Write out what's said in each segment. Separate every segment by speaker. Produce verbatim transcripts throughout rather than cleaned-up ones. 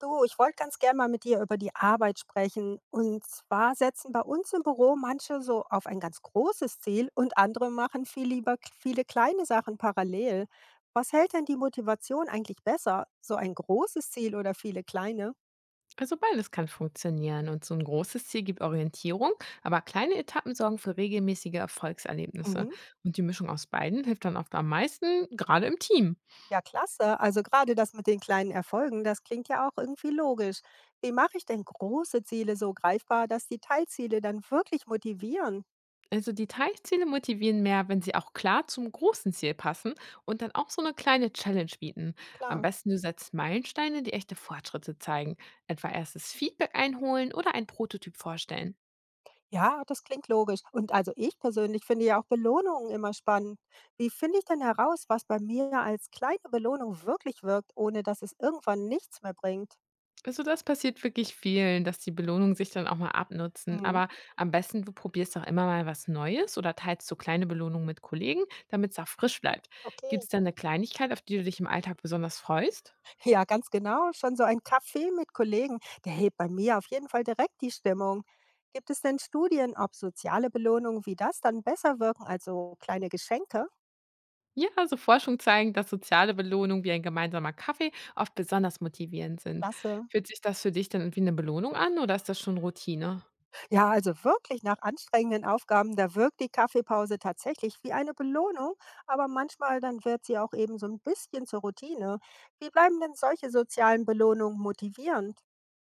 Speaker 1: Du, ich wollte ganz gern mal mit dir über die Arbeit sprechen. Und zwar setzen bei uns im Büro manche so auf ein ganz großes Ziel und andere machen viel lieber k- viele kleine Sachen parallel. Was hält denn die Motivation eigentlich besser? So ein großes Ziel oder viele kleine?
Speaker 2: Also beides kann funktionieren und so ein großes Ziel gibt Orientierung, aber kleine Etappen sorgen für regelmäßige Erfolgserlebnisse.
Speaker 1: Mhm.
Speaker 2: Und die Mischung aus beiden hilft dann oft am meisten, gerade im Team.
Speaker 1: Ja, klasse. Also gerade das mit den kleinen Erfolgen, das klingt ja auch irgendwie logisch. Wie mache ich denn große Ziele so greifbar, dass die Teilziele dann wirklich motivieren?
Speaker 2: Also die Teilziele motivieren mehr, wenn sie auch klar zum großen Ziel passen und dann auch so eine kleine Challenge bieten. Am
Speaker 1: Klar.
Speaker 2: besten du setzt Meilensteine, die echte Fortschritte zeigen, etwa erstes Feedback einholen oder einen Prototyp vorstellen.
Speaker 1: Ja, das klingt logisch. Und also ich persönlich finde ja auch Belohnungen immer spannend. Wie finde ich denn heraus, was bei mir als kleine Belohnung wirklich wirkt, ohne dass es irgendwann nichts mehr bringt?
Speaker 2: Also, das passiert wirklich vielen, dass die Belohnungen sich dann auch mal abnutzen.
Speaker 1: Mhm.
Speaker 2: Aber am besten, du probierst doch immer mal was Neues oder teilst so kleine Belohnungen mit Kollegen, damit es auch frisch bleibt.
Speaker 1: Okay.
Speaker 2: Gibt es denn eine Kleinigkeit, auf die du dich im Alltag besonders freust?
Speaker 1: Ja, ganz genau. Schon so ein Kaffee mit Kollegen, der hebt bei mir auf jeden Fall direkt die Stimmung. Gibt es denn Studien, ob soziale Belohnungen wie das dann besser wirken, also kleine Geschenke?
Speaker 2: Ja, also Forschung zeigen, dass soziale Belohnungen wie ein gemeinsamer Kaffee oft besonders motivierend sind.
Speaker 1: Klasse.
Speaker 2: Fühlt sich das für dich dann wie eine Belohnung an oder ist das schon Routine?
Speaker 1: Ja, also wirklich nach anstrengenden Aufgaben, da wirkt die Kaffeepause tatsächlich wie eine Belohnung, aber manchmal dann wird sie auch eben so ein bisschen zur Routine. Wie bleiben denn solche sozialen Belohnungen motivierend?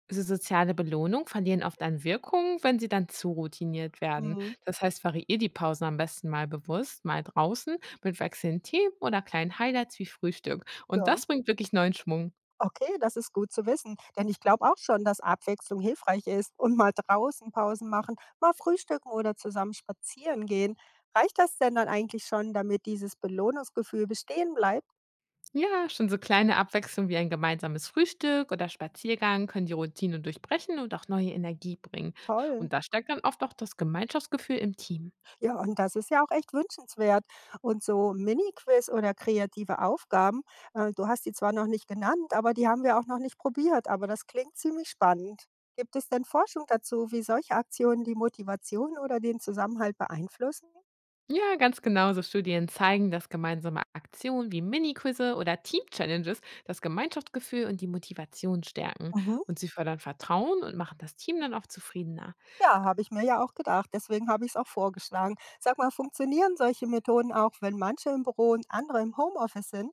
Speaker 2: So soziale Belohnung verlieren oft an Wirkung, wenn sie dann zu routiniert werden.
Speaker 1: Mhm.
Speaker 2: Das heißt, variier die Pausen am besten mal bewusst, mal draußen mit wechselnden Themen oder kleinen Highlights wie Frühstück. Und
Speaker 1: Ja,
Speaker 2: das bringt wirklich neuen Schwung.
Speaker 1: okay, das ist gut zu wissen, denn ich glaube auch schon, dass Abwechslung hilfreich ist und mal draußen Pausen machen, mal frühstücken oder zusammen spazieren gehen. Reicht das denn dann eigentlich schon, damit dieses Belohnungsgefühl bestehen bleibt?
Speaker 2: Ja, schon so kleine Abwechslungen wie ein gemeinsames Frühstück oder Spaziergang können die Routine durchbrechen und auch neue Energie bringen. Und
Speaker 1: Toll.
Speaker 2: das stärkt dann oft auch das Gemeinschaftsgefühl im Team.
Speaker 1: Ja, und das ist ja auch echt wünschenswert. Und so Mini-Quiz oder kreative Aufgaben, äh, du hast die zwar noch nicht genannt, aber die haben wir auch noch nicht probiert, aber das klingt ziemlich spannend. Gibt es denn Forschung dazu, wie solche Aktionen die Motivation oder den Zusammenhalt beeinflussen?
Speaker 2: Ja, ganz genau. So Studien zeigen, dass gemeinsame Aktionen wie Mini-Quizze oder Team-Challenges das Gemeinschaftsgefühl und die Motivation stärken.
Speaker 1: Mhm.
Speaker 2: Und sie fördern Vertrauen und machen das Team dann auch zufriedener.
Speaker 1: Ja, habe ich mir ja auch gedacht. Deswegen habe ich es auch vorgeschlagen. Sag mal, funktionieren solche Methoden auch, wenn manche im Büro und andere im Homeoffice sind?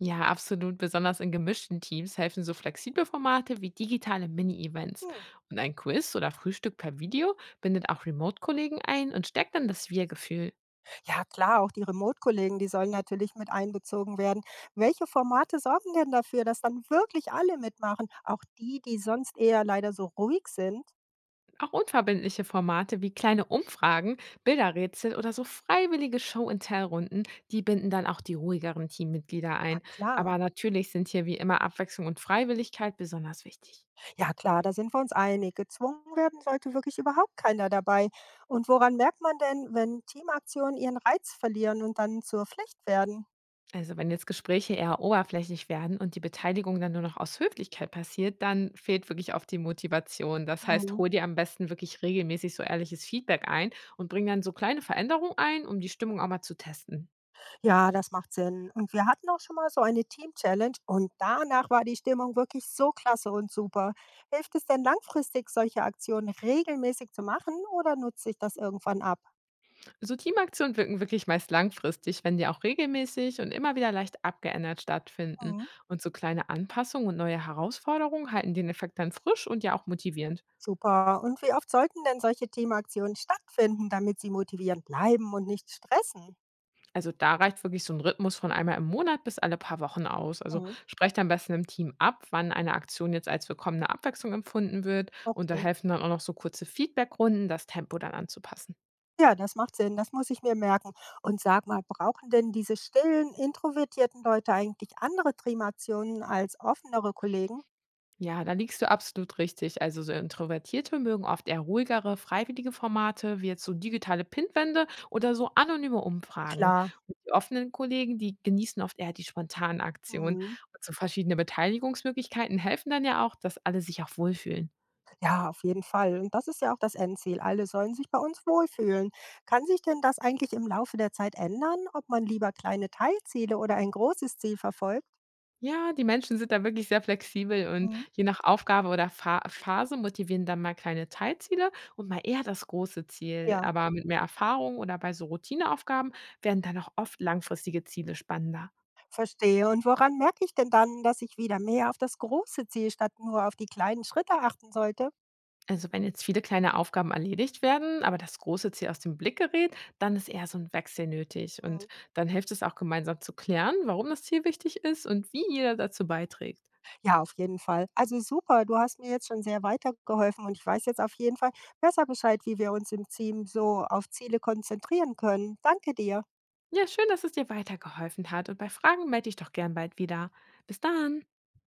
Speaker 2: Ja, absolut. Besonders in gemischten Teams helfen so flexible Formate wie digitale Mini-Events.
Speaker 1: Hm.
Speaker 2: Und ein Quiz oder Frühstück per Video bindet auch Remote-Kollegen ein und stärkt dann das Wir-Gefühl.
Speaker 1: Ja, klar, auch die Remote-Kollegen, die sollen natürlich mit einbezogen werden. Welche Formate sorgen denn dafür, dass dann wirklich alle mitmachen? Auch die, die sonst eher leider so ruhig sind?
Speaker 2: Auch unverbindliche Formate wie kleine Umfragen, Bilderrätsel oder so freiwillige Show-and-Tell-Runden, die binden dann auch die ruhigeren Teammitglieder ein.
Speaker 1: Na klar.
Speaker 2: Aber natürlich sind hier wie immer Abwechslung und Freiwilligkeit besonders wichtig.
Speaker 1: Ja, klar, da sind wir uns einig. Gezwungen werden sollte wirklich überhaupt keiner dabei. Und woran merkt man denn, wenn Teamaktionen ihren Reiz verlieren und dann zur Pflicht werden?
Speaker 2: Also wenn jetzt Gespräche eher oberflächlich werden und die Beteiligung dann nur noch aus Höflichkeit passiert, dann fehlt wirklich oft die Motivation. Das heißt,
Speaker 1: Hm.
Speaker 2: hol dir am besten wirklich regelmäßig so ehrliches Feedback ein und bring dann so kleine Veränderungen ein, um die Stimmung auch mal zu testen.
Speaker 1: Ja, das macht Sinn. Und wir hatten auch schon mal so eine Team-Challenge und danach war die Stimmung wirklich so klasse und super. Hilft es denn langfristig, solche Aktionen regelmäßig zu machen oder nutzt sich das irgendwann ab?
Speaker 2: So Teamaktionen wirken wirklich meist langfristig, wenn die auch regelmäßig und immer wieder leicht abgeändert stattfinden.
Speaker 1: Mhm.
Speaker 2: Und so kleine Anpassungen und neue Herausforderungen halten den Effekt dann frisch und ja auch motivierend.
Speaker 1: Super. Und wie oft sollten denn solche Teamaktionen stattfinden, damit sie motivierend bleiben und nicht stressen?
Speaker 2: Also da reicht wirklich so ein Rhythmus von einmal im Monat bis alle paar Wochen aus. Also
Speaker 1: Mhm.
Speaker 2: sprecht am besten im Team ab, wann eine Aktion jetzt als willkommene Abwechslung empfunden wird. Und da
Speaker 1: Okay.
Speaker 2: helfen dann auch noch so kurze Feedbackrunden, das Tempo dann anzupassen.
Speaker 1: Ja, das macht Sinn. Das muss ich mir merken. Und sag mal, brauchen denn diese stillen, introvertierten Leute eigentlich andere Teamaktionen als offenere Kollegen?
Speaker 2: Ja, da liegst du absolut richtig. Also so Introvertierte mögen oft eher ruhigere, freiwillige Formate, wie jetzt so digitale Pinwände oder so anonyme Umfragen.
Speaker 1: Klar.
Speaker 2: Und die offenen Kollegen, die genießen oft eher die spontanen Aktionen.
Speaker 1: Mhm.
Speaker 2: Und so verschiedene Beteiligungsmöglichkeiten helfen dann ja auch, dass alle sich auch wohlfühlen.
Speaker 1: Ja, auf jeden Fall. Und das ist ja auch das Endziel. Alle sollen sich bei uns wohlfühlen. Kann sich denn das eigentlich im Laufe der Zeit ändern, ob man lieber kleine Teilziele oder ein großes Ziel verfolgt?
Speaker 2: Ja, die Menschen sind da wirklich sehr flexibel und
Speaker 1: Mhm.
Speaker 2: je nach Aufgabe oder Fa Phase motivieren dann mal kleine Teilziele und mal eher das große Ziel.
Speaker 1: Ja,
Speaker 2: Aber mit mehr Erfahrung oder bei so Routineaufgaben werden dann auch oft langfristige Ziele spannender.
Speaker 1: verstehe. Und woran merke ich denn dann, dass ich wieder mehr auf das große Ziel statt nur auf die kleinen Schritte achten sollte?
Speaker 2: Also wenn jetzt viele kleine Aufgaben erledigt werden, aber das große Ziel aus dem Blick gerät, dann ist eher so ein Wechsel nötig. Und
Speaker 1: Mhm.
Speaker 2: dann hilft es auch gemeinsam zu klären, warum das Ziel wichtig ist und wie jeder dazu beiträgt.
Speaker 1: Ja, auf jeden Fall. Also super, du hast mir jetzt schon sehr weitergeholfen und ich weiß jetzt auf jeden Fall besser Bescheid, wie wir uns im Team so auf Ziele konzentrieren können. Danke dir.
Speaker 2: Ja, schön, dass es dir weitergeholfen hat. Und bei Fragen melde ich doch gern bald wieder. Bis dann.